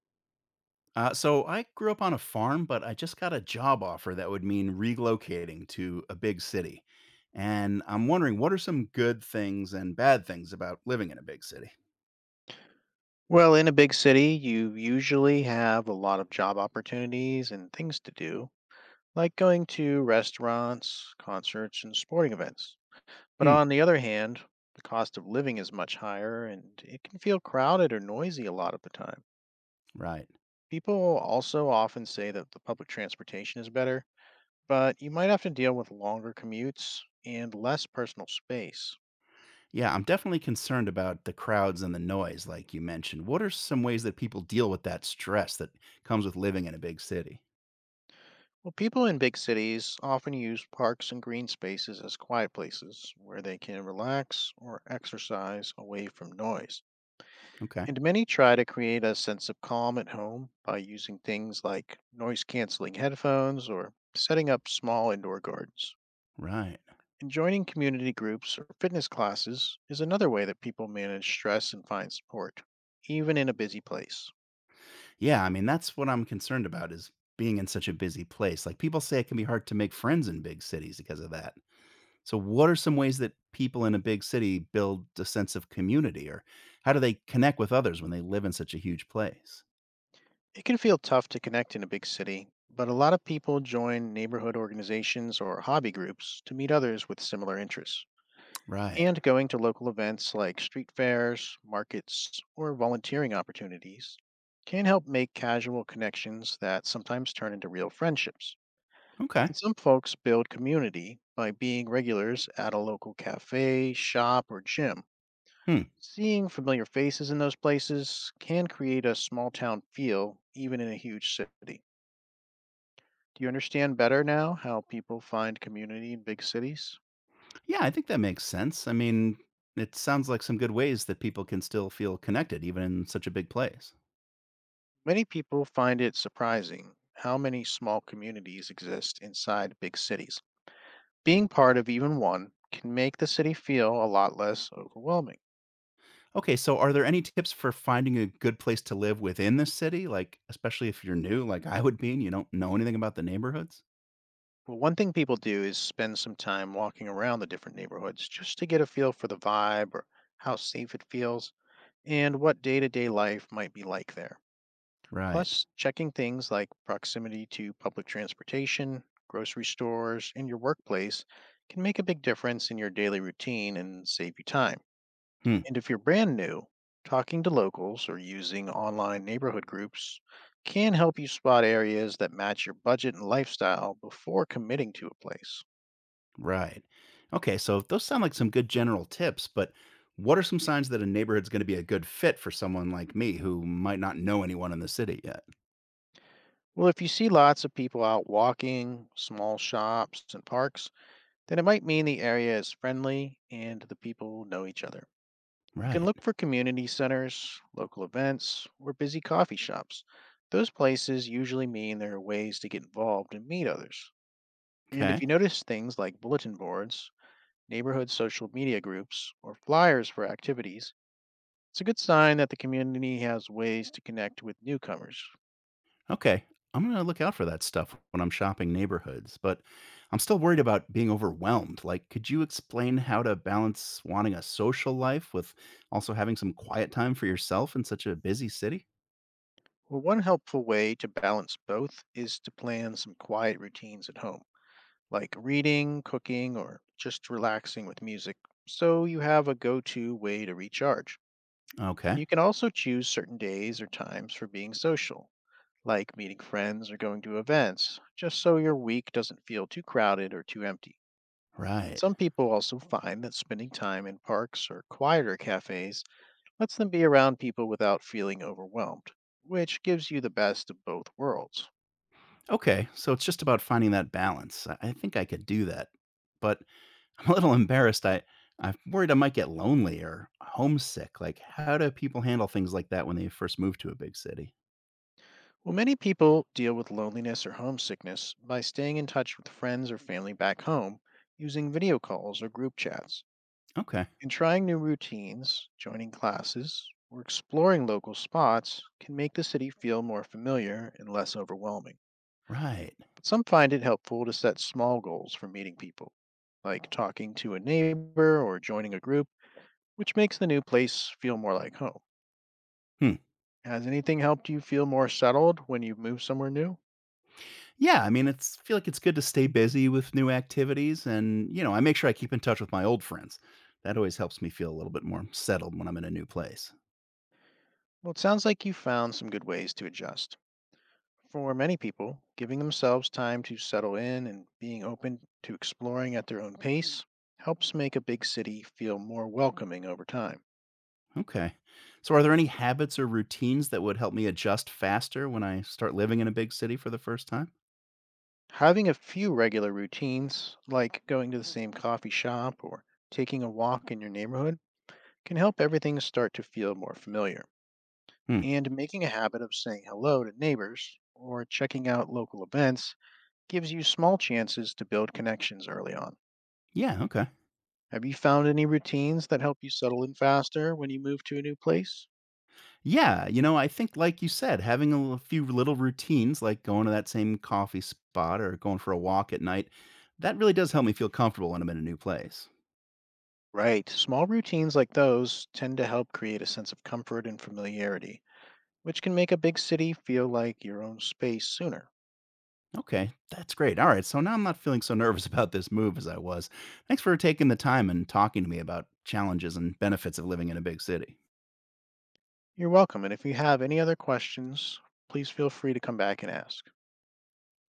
So I grew up on a farm, but I just got a job offer that would mean relocating to a big city. And I'm wondering what are some good things and bad things about living in a big city? Well, in a big city, you usually have a lot of job opportunities and things to do, like going to restaurants, concerts, and sporting events. But Hmm, on the other hand, the cost of living is much higher and it can feel crowded or noisy a lot of the time. right. People also often say that the public transportation is better, but you might have to deal with longer commutes and less personal space. Yeah, I'm definitely concerned about the crowds and the noise, like you mentioned. What are some ways that people deal with that stress that comes with living in a big city? Well, people in big cities often use parks and green spaces as quiet places where they can relax or exercise away from noise. Okay, And many try to create a sense of calm at home by using things like noise canceling headphones or setting up small indoor gardens. right. And joining community groups or fitness classes is another way that people manage stress and find support, even in a busy place. Yeah, I mean, that's what I'm concerned about is being in such a busy place. Like people say it can be hard to make friends in big cities because of that. So, what are some ways that people in a big city build a sense of community, or how do they connect with others when they live in such a huge place? It can feel tough to connect in a big city, but a lot of people join neighborhood organizations or hobby groups to meet others with similar interests. Right. And going to local events like street fairs, markets, or volunteering opportunities can help make casual connections that sometimes turn into real friendships. Okay. And some folks build community by being regulars at a local cafe, shop, or gym. Hmm. Seeing familiar faces in those places can create a small town feel, even in a huge city. Do you understand better now how people find community in big cities? Yeah, I think that makes sense. I mean, it sounds like some good ways that people can still feel connected, even in such a big place. Many people find it surprising how many small communities exist inside big cities. Being part of even one can make the city feel a lot less overwhelming. Okay, so are there any tips for finding a good place to live within the city? Like, especially if you're new, like I would be, and you don't know anything about the neighborhoods? Well, one thing people do is spend some time walking around the different neighborhoods just to get a feel for the vibe or how safe it feels and what day to day life might be like there. Right. Plus, checking things like proximity to public transportation, grocery stores, and your workplace can make a big difference in your daily routine and save you time. Hmm. And if you're brand new, talking to locals or using online neighborhood groups can help you spot areas that match your budget and lifestyle before committing to a place. Right. Okay, so those sound like some good general tips, but what are some signs that a neighborhood's going to be a good fit for someone like me who might not know anyone in the city yet? Well, if you see lots of people out walking, small shops, and parks, then it might mean the area is friendly and the people know each other. You can Right. look for community centers, local events, or busy coffee shops. Those places usually mean there are ways to get involved and meet others. And if Okay. you notice things like bulletin boards, neighborhood social media groups, or flyers for activities, it's a good sign that the community has ways to connect with newcomers. Okay. I'm going to look out for that stuff when I'm shopping neighborhoods, but I'm still worried about being overwhelmed. Like, could you explain how to balance wanting a social life with also having some quiet time for yourself in such a busy city? Well, one helpful way to balance both is to plan some quiet routines at home, like reading, cooking, or just relaxing with music, so you have a go to way to recharge. Okay. And you can also choose certain days or times for being social, like meeting friends or going to events, just so your week doesn't feel too crowded or too empty. Right. Some people also find that spending time in parks or quieter cafes lets them be around people without feeling overwhelmed, which gives you the best of both worlds. Okay. So it's just about finding that balance. I think I could do that. But I'm a little embarrassed. I'm worried I might get lonely or homesick. Like, how do people handle things like that when they first move to a big city? Well, many people deal with loneliness or homesickness by staying in touch with friends or family back home using video calls or group chats. Okay. And trying new routines, joining classes, or exploring local spots can make the city feel more familiar and less overwhelming. Right. But some find it helpful to set small goals for meeting people, like talking to a neighbor or joining a group, which makes the new place feel more like home. Hmm. Has anything helped you feel more settled when you've moved somewhere new? Yeah, I mean, it's feel like it's good to stay busy with new activities and I make sure I keep in touch with my old friends. That always helps me feel a little bit more settled when I'm in a new place. Well, it sounds like you found some good ways to adjust. For many people, giving themselves time to settle in and being open to exploring at their own pace helps make a big city feel more welcoming over time. Okay. So are there any habits or routines that would help me adjust faster when I start living in a big city for the first time? Having a few regular routines, like going to the same coffee shop or taking a walk in your neighborhood, can help everything start to feel more familiar. Hmm. And making a habit of saying hello to neighbors or checking out local events gives you small chances to build connections early on. Yeah, okay. Have you found any routines that help you settle in faster when you move to a new place? Yeah, you know, I think like you said, having few little routines like going to that same coffee spot or going for a walk at night, that really does help me feel comfortable when I'm in a new place. Right. Small routines like those tend to help create a sense of comfort and familiarity, which can make a big city feel like your own space sooner. Okay, that's great. All right, so now I'm not feeling so nervous about this move as I was. Thanks for taking the time and talking to me about challenges and benefits of living in a big city. You're welcome, and if you have any other questions, please feel free to come back and ask.